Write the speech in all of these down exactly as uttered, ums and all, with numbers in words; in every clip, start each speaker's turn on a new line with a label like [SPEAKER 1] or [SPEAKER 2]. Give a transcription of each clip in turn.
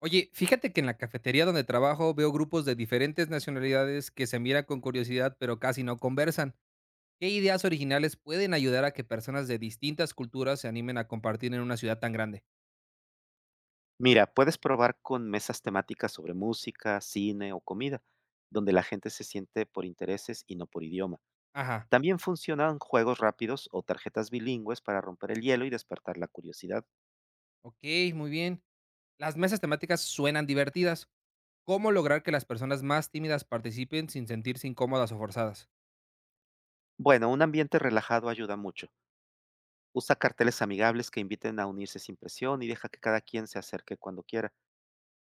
[SPEAKER 1] Oye, fíjate que en la cafetería donde trabajo veo grupos de diferentes nacionalidades que se miran con curiosidad pero casi no conversan. ¿Qué ideas originales pueden ayudar a que personas de distintas culturas se animen a compartir en una ciudad tan grande?
[SPEAKER 2] Mira, puedes probar con mesas temáticas sobre música, cine o comida, donde la gente se siente por intereses y no por idioma.
[SPEAKER 1] Ajá,
[SPEAKER 2] También funcionan juegos rápidos o tarjetas bilingües para romper el hielo y despertar la curiosidad.
[SPEAKER 1] ok, muy bien. Las mesas temáticas suenan divertidas. ¿Cómo lograr que las personas más tímidas participen sin sentirse incómodas o forzadas?
[SPEAKER 2] Bueno, un ambiente relajado ayuda mucho. Usa carteles amigables que inviten a unirse sin presión y deja que cada quien se acerque cuando quiera.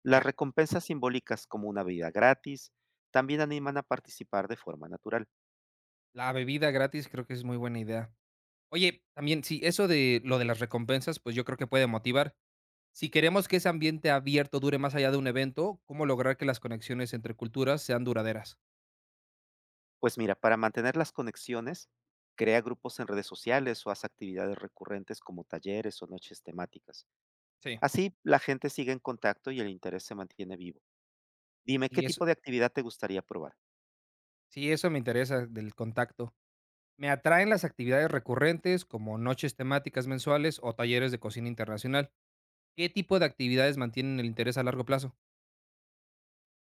[SPEAKER 2] Las
[SPEAKER 1] Ya,
[SPEAKER 2] recompensas simbólicas como una bebida gratis también animan a participar de forma natural.
[SPEAKER 1] la bebida gratis creo que es muy buena idea. Oye, también sí, eso de lo de las recompensas, pues yo creo que puede motivar. Si queremos que ese ambiente abierto dure más allá de un evento, ¿cómo lograr que las conexiones entre culturas sean duraderas?
[SPEAKER 2] Pues mira, para mantener las conexiones, crea grupos en redes sociales o haz actividades recurrentes como talleres o noches temáticas.
[SPEAKER 1] Sí,
[SPEAKER 2] Así la gente sigue en contacto y el interés se mantiene vivo. Dime, ¿qué
[SPEAKER 1] y eso,
[SPEAKER 2] tipo de actividad te gustaría probar?
[SPEAKER 1] sí, eso me interesa del contacto. Me atraen las actividades recurrentes como noches temáticas mensuales o talleres de cocina internacional. ¿Qué tipo de actividades mantienen el interés a largo plazo?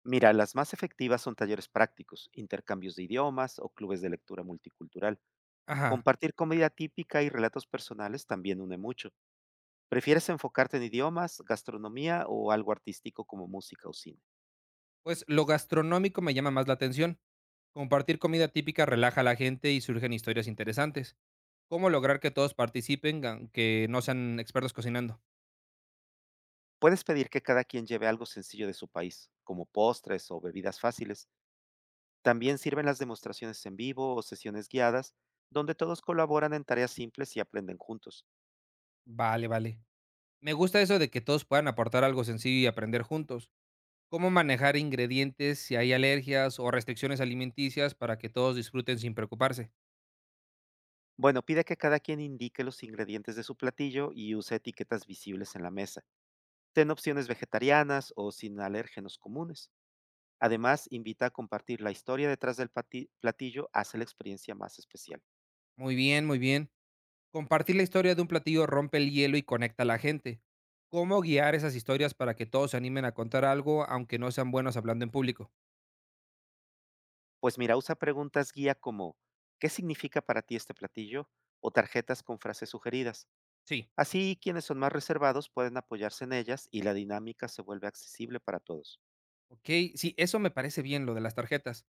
[SPEAKER 2] Mira, las más efectivas son talleres prácticos, intercambios de idiomas o clubes de lectura multicultural.
[SPEAKER 1] Ajá,
[SPEAKER 2] Compartir comida típica y relatos personales también une mucho. ¿Prefieres enfocarte en idiomas, gastronomía o algo artístico como música o cine?
[SPEAKER 1] pues lo gastronómico me llama más la atención. Compartir comida típica relaja a la gente y surgen historias interesantes. ¿Cómo lograr que todos participen, aunque no sean expertos cocinando?
[SPEAKER 2] Puedes pedir que cada quien lleve algo sencillo de su país, como postres o bebidas fáciles. También sirven las demostraciones en vivo o sesiones guiadas, donde todos colaboran en tareas simples y aprenden juntos.
[SPEAKER 1] Vale, vale. Me gusta eso de que todos puedan aportar algo sencillo y aprender juntos. ¿Cómo manejar ingredientes si hay alergias o restricciones alimenticias para que todos disfruten sin preocuparse?
[SPEAKER 2] Bueno, pide que cada quien indique los ingredientes de su platillo y use etiquetas visibles en la mesa. Ten opciones vegetarianas o sin alérgenos comunes. Además, invita a compartir la historia detrás del pati- platillo, hace la experiencia más especial.
[SPEAKER 1] Muy bien, muy bien. Compartir la historia de un platillo rompe el hielo y conecta a la gente. ¿Cómo guiar esas historias para que todos se animen a contar algo aunque no sean buenos hablando en público?
[SPEAKER 2] Pues mira, usa preguntas guía como ¿qué significa para ti este platillo? O tarjetas con frases sugeridas.
[SPEAKER 1] Sí,
[SPEAKER 2] Así quienes son más reservados pueden apoyarse en ellas y la dinámica se vuelve accesible para todos.
[SPEAKER 1] ok, sí, eso me parece bien lo de las tarjetas.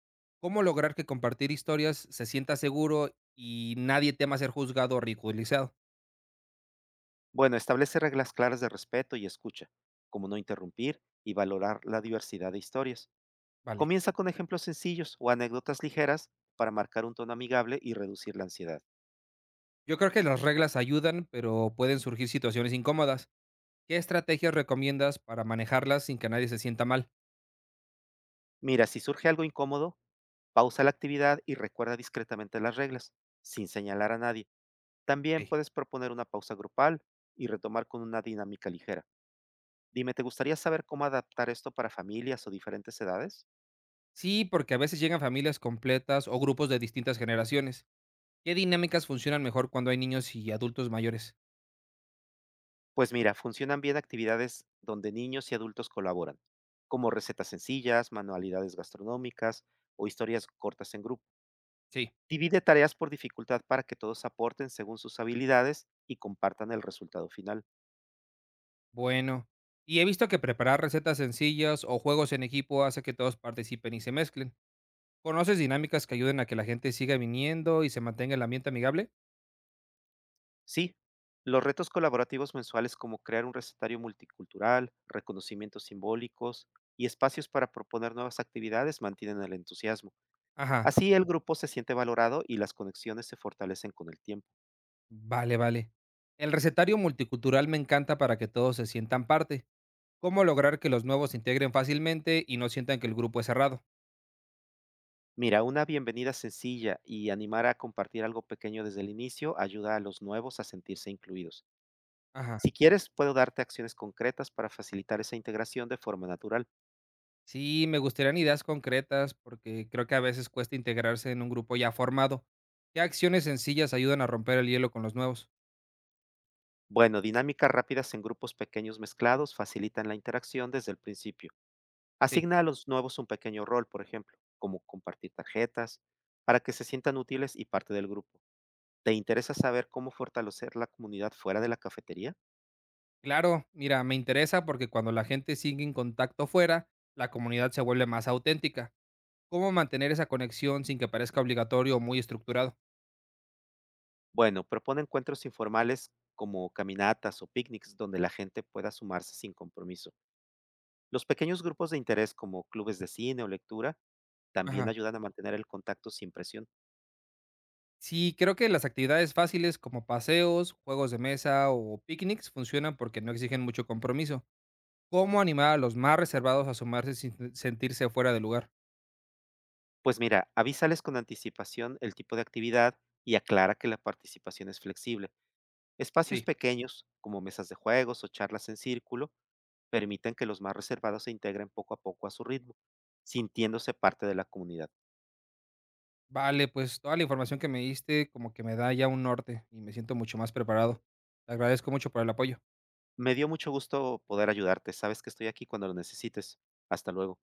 [SPEAKER 1] ¿Cómo lograr que compartir historias se sienta seguro y nadie tema ser juzgado o ridiculizado?
[SPEAKER 2] Bueno, establece reglas claras de respeto y escucha, como no interrumpir y valorar la diversidad de historias.
[SPEAKER 1] Vale.
[SPEAKER 2] Comienza con ejemplos sencillos o anécdotas ligeras para marcar un tono amigable y reducir la ansiedad.
[SPEAKER 1] Yo creo que las reglas ayudan, pero pueden surgir situaciones incómodas. ¿Qué estrategias recomiendas para manejarlas sin que nadie se sienta mal?
[SPEAKER 2] Mira, si surge algo incómodo, pausa la actividad y recuerda discretamente las reglas, sin señalar a nadie. También
[SPEAKER 1] Ok.
[SPEAKER 2] puedes proponer una pausa grupal y retomar con una dinámica ligera. Dime, ¿te gustaría saber cómo adaptar esto para familias o diferentes edades?
[SPEAKER 1] Sí, porque a veces llegan familias completas o grupos de distintas generaciones. ¿Qué dinámicas funcionan mejor cuando hay niños y adultos mayores?
[SPEAKER 2] Pues mira, funcionan bien actividades donde niños y adultos colaboran, como recetas sencillas, manualidades gastronómicas o historias cortas en grupo.
[SPEAKER 1] Sí,
[SPEAKER 2] Divide tareas por dificultad para que todos aporten según sus habilidades y compartan el resultado final.
[SPEAKER 1] bueno, y he visto que preparar recetas sencillas o juegos en equipo hace que todos participen y se mezclen. ¿Conoces dinámicas que ayuden a que la gente siga viniendo y se mantenga el ambiente amigable?
[SPEAKER 2] Sí, los retos colaborativos mensuales como crear un recetario multicultural, reconocimientos simbólicos y espacios para proponer nuevas actividades mantienen el entusiasmo.
[SPEAKER 1] Ajá.
[SPEAKER 2] Así el grupo se siente valorado y las conexiones se fortalecen con el tiempo.
[SPEAKER 1] Vale, vale. El recetario multicultural me encanta para que todos se sientan parte. ¿Cómo lograr que los nuevos se integren fácilmente y no sientan que el grupo es cerrado?
[SPEAKER 2] Mira, una bienvenida sencilla y animar a compartir algo pequeño desde el inicio ayuda a los nuevos a sentirse incluidos.
[SPEAKER 1] Ajá.
[SPEAKER 2] Si quieres, puedo darte acciones concretas para facilitar esa integración de forma natural.
[SPEAKER 1] Sí, me gustarían ideas concretas porque creo que a veces cuesta integrarse en un grupo ya formado. ¿Qué acciones sencillas ayudan a romper el hielo con los nuevos?
[SPEAKER 2] Bueno, dinámicas rápidas en grupos pequeños mezclados facilitan la interacción desde el principio.
[SPEAKER 1] Sí.
[SPEAKER 2] Asigna a los nuevos un pequeño rol, por ejemplo, como compartir tarjetas, para que se sientan útiles y parte del grupo. ¿Te interesa saber cómo fortalecer la comunidad fuera de la cafetería?
[SPEAKER 1] Claro, mira, me interesa porque cuando la gente sigue en contacto fuera, la comunidad se vuelve más auténtica. ¿Cómo mantener esa conexión sin que parezca obligatorio o muy estructurado?
[SPEAKER 2] Bueno, propone encuentros informales como caminatas o picnics donde la gente pueda sumarse sin compromiso. Los pequeños grupos de interés como clubes de cine o lectura también
[SPEAKER 1] Ajá.
[SPEAKER 2] ayudan a mantener el contacto sin presión.
[SPEAKER 1] Sí, creo que las actividades fáciles como paseos, juegos de mesa o picnics funcionan porque no exigen mucho compromiso. ¿Cómo animar a los más reservados a sumarse sin sentirse fuera de lugar?
[SPEAKER 2] Pues mira, avísales con anticipación el tipo de actividad y aclara que la participación es flexible. Espacios
[SPEAKER 1] Sí.
[SPEAKER 2] pequeños, como mesas de juegos o charlas en círculo, permiten que los más reservados se integren poco a poco a su ritmo, sintiéndose parte de la comunidad.
[SPEAKER 1] Vale, pues toda la información que me diste como que me da ya un norte y me siento mucho más preparado. Te agradezco mucho por el apoyo.
[SPEAKER 2] Me dio mucho gusto poder ayudarte. Sabes que estoy aquí cuando lo necesites. Hasta luego.